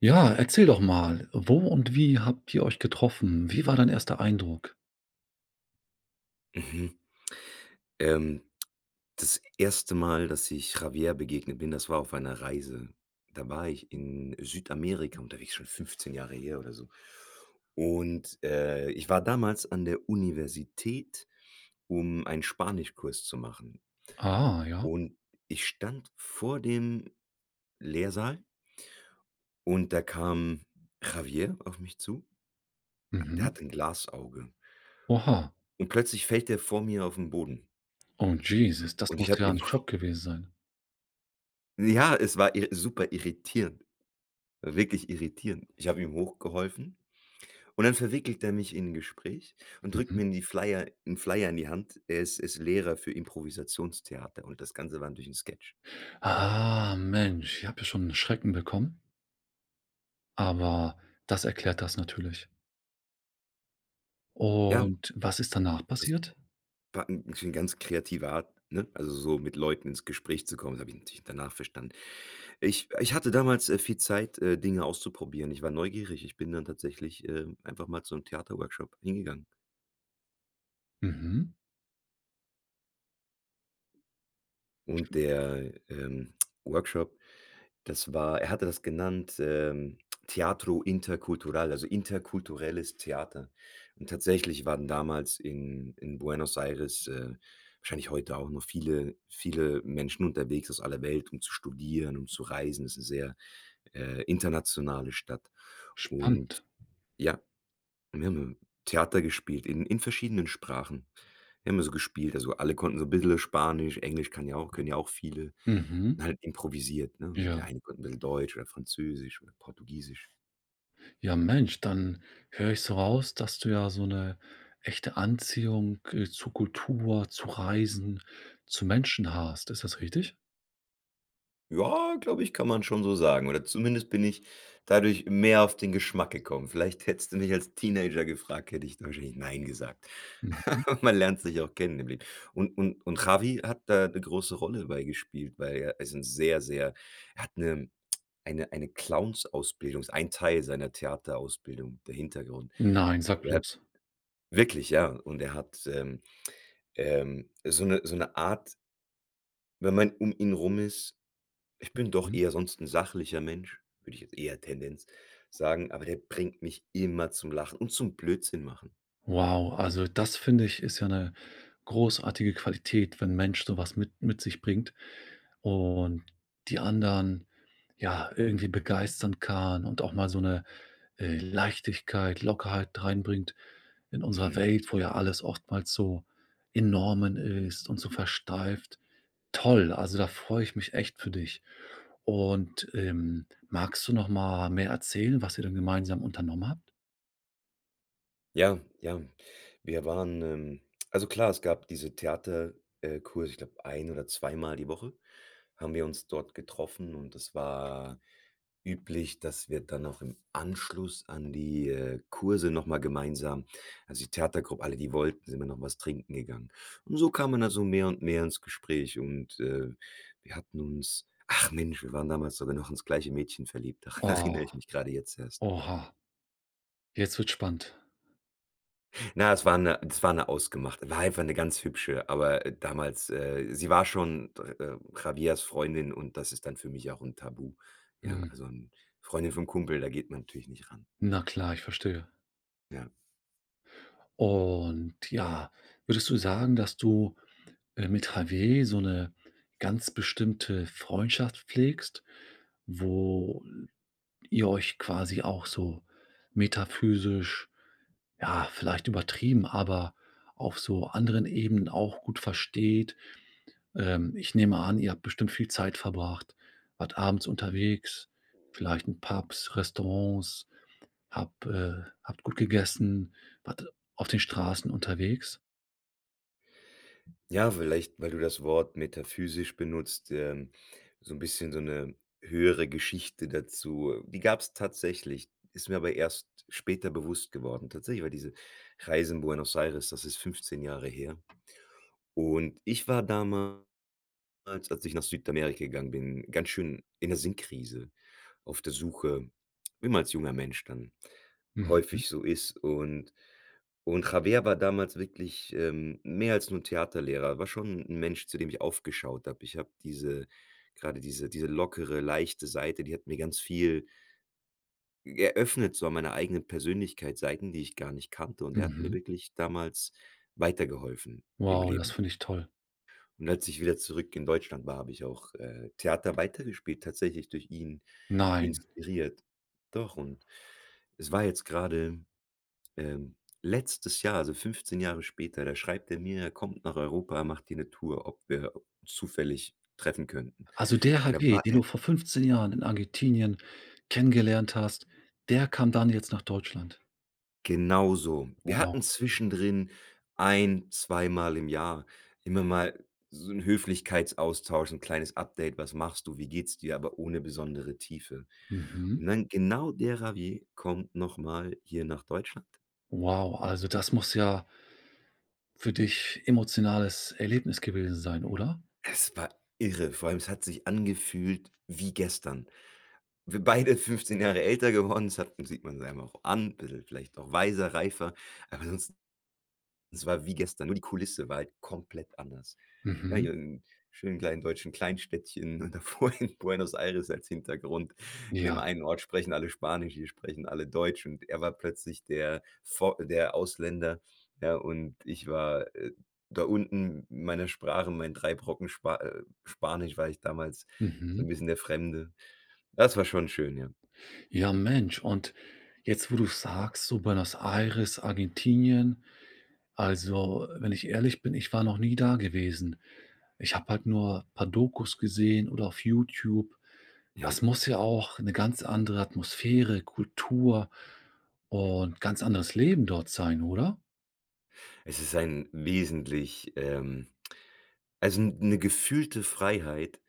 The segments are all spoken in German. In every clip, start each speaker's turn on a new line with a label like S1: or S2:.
S1: Ja, erzähl doch mal, wo und wie habt ihr euch getroffen? Wie war dein erster Eindruck?
S2: Mhm. Ähm, Das erste Mal, dass ich Javier begegnet bin, das war auf einer Reise. Da war ich in Südamerika unterwegs, schon 15 Jahre her oder so. Und, ich war damals an der Universität, um einen Spanischkurs zu machen.
S1: Ah, ja.
S2: Und ich stand vor dem Lehrsaal und da kam Javier auf mich zu. Der
S1: Mhm.
S2: hat ein Glasauge
S1: Oha.
S2: und plötzlich fällt er vor mir auf den Boden
S1: Oh, Jesus, das
S2: und ich
S1: muss ja
S2: habe
S1: ein
S2: ihm
S1: Schock gewesen sein.
S2: ja, es war ir super irritierend. Wirklich irritierend. Ich habe ihm hochgeholfen und dann verwickelt er mich in ein Gespräch und drückt
S1: Mhm.
S2: mir die Flyer einen Flyer in die Hand. Er ist Lehrer für Improvisationstheater und das Ganze war natürlich 'n Sketch.
S1: Ah, Mensch, ich habe ja schon 'n Schrecken bekommen, aber das erklärt das natürlich.
S2: Ja,
S1: Und was ist danach
S2: das
S1: passiert?
S2: war 'n bisschen ganz kreative Art, ne, also so mit Leuten ins Gespräch zu kommen. Das habe ich natürlich danach verstanden. Ich hatte damals, viel Zeit, Dinge auszuprobieren. Ich war neugierig. Ich bin dann tatsächlich, einfach mal zu einem Theaterworkshop hingegangen
S1: Mhm.
S2: und der, Workshop Das war er hatte das genannt, Teatro Intercultural, also interkulturelles Theater. Und tatsächlich waren damals in Buenos Aires, wahrscheinlich heute auch noch viele Menschen unterwegs aus aller Welt, um zu studieren, um zu reisen. Es ist eine sehr, internationale Stadt. Und
S1: Spannend.
S2: ja, wir haben so Theater gespielt in verschiedenen Sprachen. Wir haben so gespielt, also, alle konnten so 'n bissel Spanisch, Englisch kann ja auch können ja auch viele.
S1: Mhm.
S2: Und halt improvisiert, ne?
S1: Ja.
S2: Der eine konnte 'n bisschen Deutsch oder Französisch oder Portugiesisch.
S1: Ja, Mensch, dann höre ich so raus, dass du ja so eine echte Anziehung, zu Kultur, zu Reisen, zu Menschen hast. Ist das richtig?
S2: Ja, glaube ich, kann man schon so sagen. Oder zumindest bin ich dadurch mehr auf den Geschmack gekommen. Vielleicht hättest du mich als Teenager gefragt, hätte ich wahrscheinlich nein gesagt.
S1: Mhm.
S2: Man lernt sich auch kennen im Leben. Und Javi hat da eine große Rolle bei gespielt, weil er ist ein sehr, sehr er hat eine Clownsausbildung ist ein Teil seiner Theaterausbildung, der Hintergrund.
S1: Nein, sag
S2: Er hat
S1: bloß.
S2: wirklich, ja. Und er hat, so eine Art, wenn man um ihn rum ist ich bin doch
S1: Mhm.
S2: eher sonst 'n sachlicher Mensch, würde ich jetzt eher Tendenz sagen, aber der bringt mich immer zum Lachen und zum Blödsinn machen.
S1: Wow, also das finde ich, ist ja eine großartige Qualität, wenn 'n Mensch sowas mit sich bringt und die anderen, ja, irgendwie begeistern kann und auch mal so eine Leichtigkeit, Lockerheit reinbringt in unserer Welt, wo ja alles oftmals so in Normen ist und so versteift. Toll, also da freue ich mich echt für dich. Und, magst du noch mal mehr erzählen, was ihr dann gemeinsam unternommen habt?
S2: Ja, ja. Wir waren, also klar, es gab diese Theaterkurse. Kurse, ich glaube, ein oder zweimal die Woche haben wir uns dort getroffen und es war üblich, dass wir dann auch im Anschluss an die, Kurse noch mal gemeinsam also die Theatergruppe, alle, die wollten, sind wir noch was trinken gegangen. Und so kam man also mehr und mehr ins Gespräch und, wir hatten uns ach Mensch, wir waren damals sogar noch ins gleiche Mädchen verliebt. Daran
S1: Oh,
S2: erinnere ich mich gerade jetzt erst.
S1: oha, jetzt wird spannend.
S2: Na, es war eine ausgemachte war einfach eine ganz hübsche, aber, damals, sie war schon dr Javiers Freundin und das ist dann für mich auch ein Tabu. Ja,
S1: Mhm.
S2: also ein Freundin vom Kumpel, da geht man natürlich nicht ran.
S1: Na klar, ich verstehe.
S2: Ja.
S1: Und ja, würdest du sagen, dass du, mit Javier so eine ganz bestimmte Freundschaft pflegst, wo ihr euch quasi auch so metaphysisch ja, vielleicht übertrieben, aber auf so anderen Ebenen auch gut versteht. Ich nehme an, ihr habt bestimmt viel Zeit verbracht, wart abends unterwegs, vielleicht in Pubs, Restaurants, habt gut gegessen, wart auf den Straßen unterwegs?
S2: Ja, vielleicht, weil du das Wort metaphysisch benutzt, so ein bisschen so eine höhere Geschichte dazu. Die gab's tatsächlich, ist mir aber erst später bewusst geworden. Tatsächlich war diese Reise in Buenos Aires, das ist 15 Jahre her und ich war damals damals, als ich nach Südamerika gegangen bin, ganz schön in 'ner Sinnkrise auf der Suche, wie man als junger Mensch dann
S1: Mhm,
S2: häufig so ist. Und Javier war damals wirklich, mehr als nur 'n Theaterlehrer, war schon ein Mensch, zu dem ich aufgeschaut habe. Ich habe diese gerade diese diese lockere, leichte Seite, die hat mir ganz viel eröffnet, so an meiner eigenen Persönlichkeit, Seiten, die ich gar nicht kannte. Und er hat mir
S1: mhm.
S2: wirklich damals weitergeholfen im
S1: Wow, das
S2: Leben.
S1: finde ich toll.
S2: Und als ich wieder zurück in Deutschland war, habe ich auch, Theater weitergespielt, tatsächlich durch ihn
S1: Nein.
S2: inspiriert. Doch, und es war jetzt gerade ähm, letztes Jahr, also 15 Jahre später, da schreibt er mir, er kommt nach Europa, macht hier eine Tour, ob wir zufällig treffen könnten.
S1: Also der
S2: Und da
S1: Javier,
S2: war
S1: den du vor 15 Jahren in Argentinien kennengelernt hast, der kam dann jetzt nach Deutschland?
S2: Genau so. Wir hatten
S1: Wow.
S2: zwischendrin ein zweimal im Jahr immer mal so 'n Höflichkeitsaustausch, 'n kleines Update: „Was machst du? Wie geht's dir?“, aber ohne besondere Tiefe.
S1: Mhm.
S2: Und dann genau der Ravier kommt noch mal hier nach Deutschland.
S1: Wow, also das muss ja für dich emotionales Erlebnis gewesen sein, oder?
S2: Es war irre, vor allem es hat sich angefühlt wie gestern. Wir beide 15 Jahre älter geworden, das hat sieht man es einem auch an, bisschen vielleicht auch weiser, reifer, aber sonst es war wie gestern, nur die Kulisse war halt komplett anders. Ja, hier
S1: Mhm.
S2: im schönen kleinen deutschen Kleinstädtchen und davor in Buenos Aires als Hintergrund. In
S1: Ja.
S2: dem einen Ort sprechen alle Spanisch, hier sprechen alle Deutsch und er war plötzlich der Vo der Ausländer, ja, und ich war, da unten in meiner Sprache, mein 3 Brocken Spanisch war ich damals so
S1: Mhm.
S2: ein bisschen der Fremde. Das war schon schön, ja.
S1: Ja, Mensch, und jetzt, wo du sagst, so Buenos Aires, Argentinien, also, wenn ich ehrlich bin, ich war noch nie da gewesen. Ich habe halt nur ein paar Dokus gesehen oder auf YouTube.
S2: Ja.
S1: Das muss ja auch eine ganz andere Atmosphäre, Kultur und ganz anderes Leben dort sein, oder?
S2: Es ist ein wesentlich, also eine gefühlte Freiheit,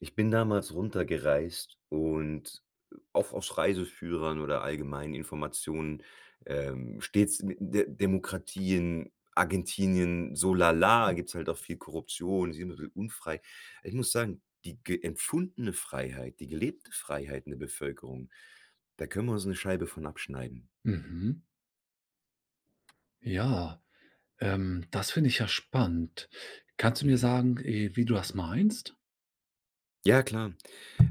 S2: ich bin damals runtergereist und auch aus Reiseführern oder allgemeinen Informationen, stets mit De Demokratien, Argentinien, so la la, gibt's halt auch viel Korruption, ist immer so unfrei. Ich muss sagen, die ge empfundene Freiheit, die gelebte Freiheit in der Bevölkerung, da können wir uns 'ne Scheibe von abschneiden.
S1: Mhm. Ja. Das finde ich ja spannend. Kannst du mir
S2: Mhm.
S1: sagen, wie du das meinst?
S2: Ja, klar.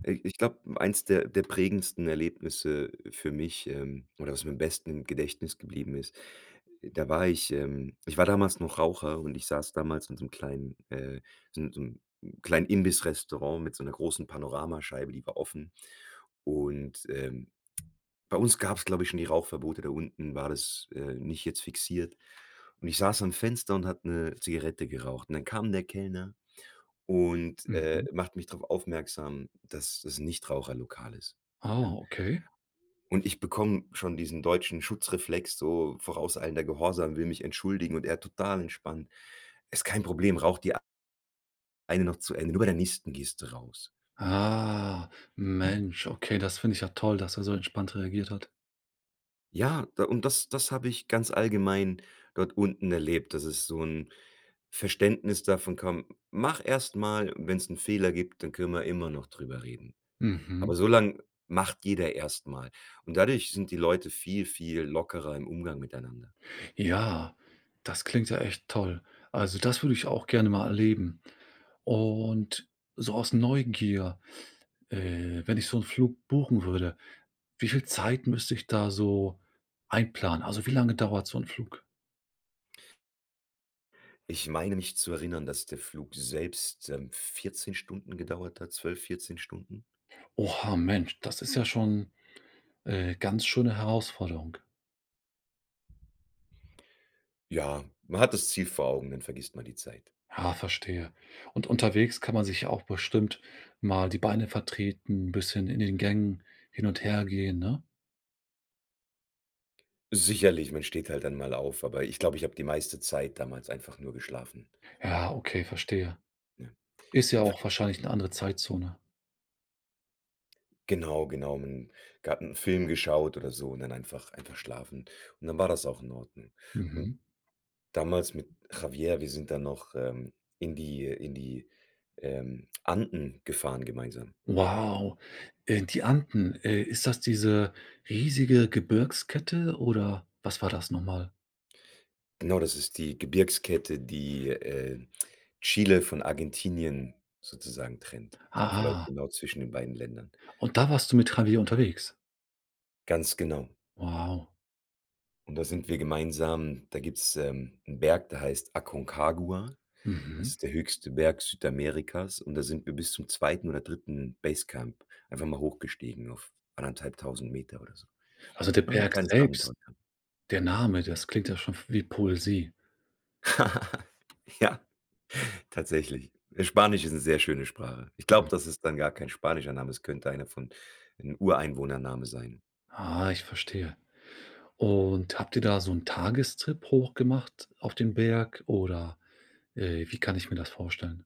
S2: Ich glaube, eins der prägendsten Erlebnisse für mich, oder was mir am besten im Gedächtnis geblieben ist: Da war ich ich war damals noch Raucher und ich saß damals in so einem kleinen, so 'n kleinen Imbissrestaurant mit so einer großen Panoramascheibe, die war offen. Und, bei uns gab es glaube ich, schon die Rauchverbote. Da unten war das, nicht jetzt fixiert. Und ich saß am Fenster und habe 'ne Zigarette geraucht. Und dann kam der Kellner und,
S1: Mhm.
S2: macht mich darauf aufmerksam, dass das 'n Nichtraucherlokal ist,
S1: Ah,
S2: ja?
S1: okay.
S2: Und ich bekomme schon diesen deutschen Schutzreflex, so vorauseilender Gehorsam, will mich entschuldigen und er total entspannt: „Ist kein Problem, rauch die eine noch zu Ende, nur bei der nächsten gehst du raus.“
S1: Ah, Mensch, okay, das finde ich ja toll, dass er so entspannt reagiert hat.
S2: Ja, da und das das habe ich ganz allgemein dort unten erlebt, dass es so ein Verständnis davon kam: „Mach erst mal, wenn es einen Fehler gibt, dann können wir immer noch drüber reden.
S1: Mhm.
S2: Aber so lang macht jeder erst mal.“ Und dadurch sind die Leute viel, viel lockerer im Umgang miteinander.
S1: Ja, das klingt ja echt toll. Also das würde ich auch gerne mal erleben. Und so aus Neugier, wenn ich so einen Flug buchen würde, wie viel Zeit müsste ich da so einplanen? Also, wie lange dauert so ein Flug?
S2: Ich meine mich zu erinnern, dass der Flug selbst, 14 Stunden gedauert hat, 12, 14 Stunden?
S1: Oha, Mensch, das ist ja schon ganz schöne Herausforderung.
S2: Ja, man hat das Ziel vor Augen, dann vergisst man die Zeit.
S1: Ja, verstehe. Und unterwegs kann man sich ja auch bestimmt mal die Beine vertreten, 'n bisschen in den Gängen hin und her gehen, ne?
S2: Sicherlich, man steht halt dann mal auf, aber ich glaube, ich habe die meiste Zeit damals einfach nur geschlafen,
S1: Ja, okay, verstehe.
S2: ne,
S1: Ist ja
S2: im
S1: auch
S2: Flugzeug.
S1: wahrscheinlich eine andere Zeitzone.
S2: Genau, genau, man hat einen Film geschaut oder so und dann einfach schlafen und dann war das auch in Ordnung. Und
S1: Mhm.
S2: damals mit Javier, wir sind dann noch, in die, Anden gefahren gemeinsam.
S1: Wow. Die Anden, ist das diese riesige Gebirgskette oder was war das nochmal? Mal?
S2: Genau, das ist die Gebirgskette, die, Chile von Argentinien sozusagen trennt. Die verläuft
S1: Aha,
S2: genau zwischen den beiden Ländern.
S1: und da warst du mit Javier unterwegs?
S2: Ganz genau.
S1: Wow.
S2: Und da sind wir gemeinsam da gibt's, 'n Berg, der heißt Aconcagua. Das
S1: Mhm.
S2: ist der höchste Berg Südamerikas und da sind wir bis zum zweiten oder dritten Basecamp einfach mal hochgestiegen auf 1.500 Meter oder so.
S1: Also, der
S2: War 'n
S1: Berg
S2: kleines
S1: selbst,
S2: Abenteuer.
S1: der Name, das klingt ja schon wie Poesie.
S2: Ja. Tatsächlich. Spanisch ist 'ne sehr schöne Sprache. Ich glaube, das ist dann gar kein spanischer Name, es könnte einer von 'n Ureinwohnername sein.
S1: Ah, ich verstehe. Und habt ihr da so einen Tagestrip hochgemacht auf den Berg oder, wie kann ich mir das vorstellen?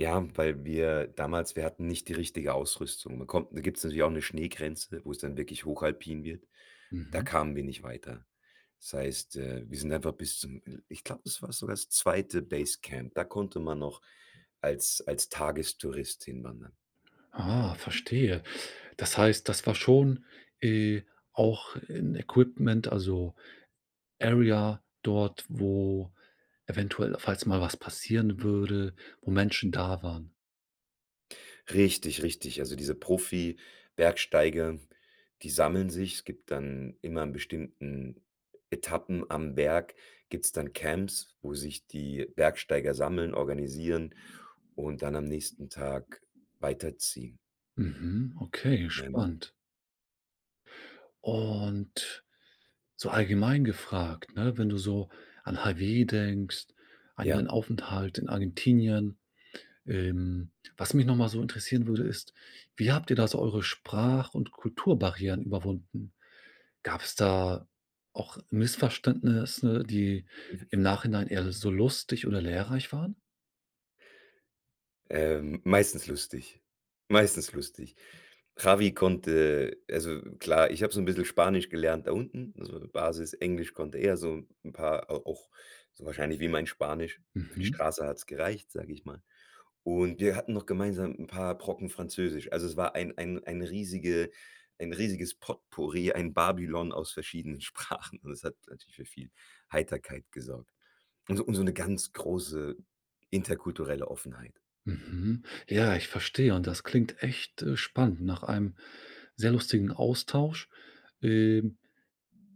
S2: Ja, weil wir damals wir hatten nicht die richtige Ausrüstung. Man kommt da gibt's natürlich auch 'ne Schneegrenze, wo's dann wirklich hochalpin wird. Da
S1: Mhm.
S2: kamen wir nicht weiter. Das heißt, wir sind einfach bis zum ich glaube, das war sogar das zweite Basecamp. Da konnte man noch als Tagestourist hinwandern.
S1: Ah, verstehe. Das heißt, das war schon, äh, auch 'n Equipment, also Area dort, wo eventuell, falls mal was passieren würde, wo Menschen da waren.
S2: Richtig, richtig. Also, diese Profi-Bergsteiger, die sammeln sich. Es gibt dann immer an bestimmten Etappen am Berg gibt's dann Camps, wo sich die Bergsteiger sammeln, organisieren und dann am nächsten Tag weiterziehen.
S1: Mhm, okay, spannend. Und so allgemein gefragt, ne, wenn du so an Hawaii denkst, an
S2: Ja.
S1: deinen
S2: Mhm.
S1: Aufenthalt in Argentinien. Ähm, Was mich nochmal so interessieren würde, ist, wie habt ihr da so eure Sprach und Kulturbarrieren überwunden? Gab es da auch Missverständnisse, die im Nachhinein eher so lustig oder lehrreich waren?
S2: Meistens lustig. Meistens lustig. Javi konnte also klar, ich habe so ein bisschen Spanisch gelernt da unten, also Basis. Englisch konnte er so ein paar au auch so wahrscheinlich wie mein Spanisch. Für die
S1: Mhm,
S2: Straße hat's gereicht, sage ich mal. Und wir hatten noch gemeinsam ein paar Brocken Französisch. Also, es war ein riesiges Potpourri, ein Babylon aus verschiedenen Sprachen und es hat natürlich für viel Heiterkeit gesorgt und so 'ne ganz große interkulturelle Offenheit.
S1: mhm. Ja, ich verstehe und das klingt echt, spannend nach einem sehr lustigen Austausch. Ähm,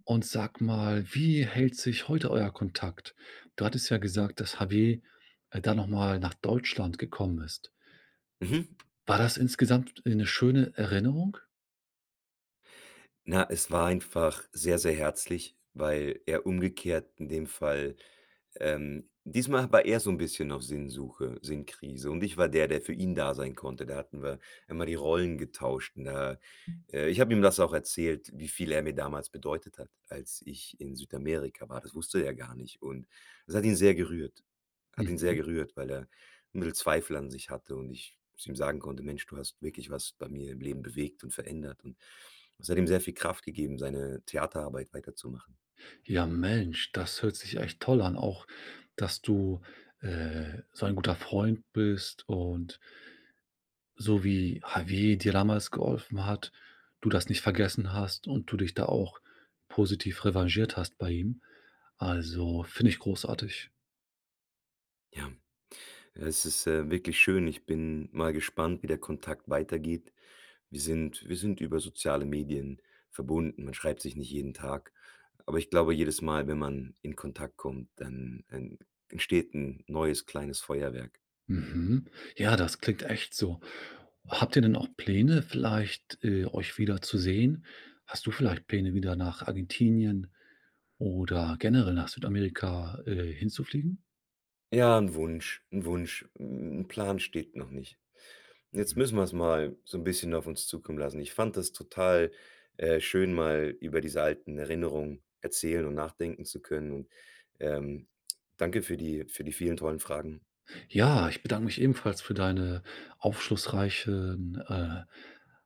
S1: Und sag mal, wie hält sich heute euer Kontakt? Du hattest ja gesagt, dass Javier, da nochmal nach Deutschland gekommen ist.
S2: Mhm.
S1: War das insgesamt eine schöne Erinnerung?
S2: Na, es war einfach sehr, sehr herzlich, weil er umgekehrt in dem Fall diesmal war er so ein bisschen auf Sinnsuche, Sinnkrise und ich war der, der für ihn da sein konnte. Da hatten wir immer die Rollen getauscht und da ich habe ihm das auch erzählt, wie viel er mir damals bedeutet hat, als ich in Südamerika war. Das wusste er gar nicht und das hat ihn sehr gerührt. Hat ihn sehr
S1: Mhm.
S2: gerührt, weil er 'n bisschen Zweifel an sich hatte und ich zu ihm sagen konnte: „Mensch, du hast wirklich was bei mir im Leben bewegt und verändert“, und das hat ihm sehr viel Kraft gegeben, seine Theaterarbeit weiterzumachen.
S1: Ja, Mensch, das hört sich echt toll an, auch dass du, so ein guter Freund bist und so wie Javier dir damals geholfen hat, du das nicht vergessen hast und du dich da auch positiv revanchiert hast bei ihm. Also, finde ich großartig.
S2: Ja. Ja, es ist, wirklich schön. Ich bin mal gespannt, wie der Kontakt weitergeht. Wir sind über soziale Medien verbunden. Man schreibt sich nicht jeden Tag, aber ich glaube, jedes Mal, wenn man in Kontakt kommt, dann, entsteht ein neues kleines Feuerwerk.
S1: Mhm. Ja, das klingt echt so. Habt ihr denn auch Pläne, vielleicht, euch wieder zu sehen? Hast du vielleicht Pläne, wieder nach Argentinien oder generell nach Südamerika, hinzufliegen?
S2: Ja, ein Wunsch. Ein Plan steht noch nicht. Jetzt
S1: Mhm.
S2: müssen wir es mal so ein bisschen auf uns zukommen lassen. Ich fand das total, schön, mal über diese alten Erinnerungen erzählen und nachdenken zu können und, ähm, danke für die vielen tollen Fragen.
S1: Ja, ich bedanke mich ebenfalls für deine aufschlussreichen,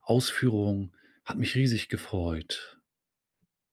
S1: Ausführungen. Hat mich riesig gefreut.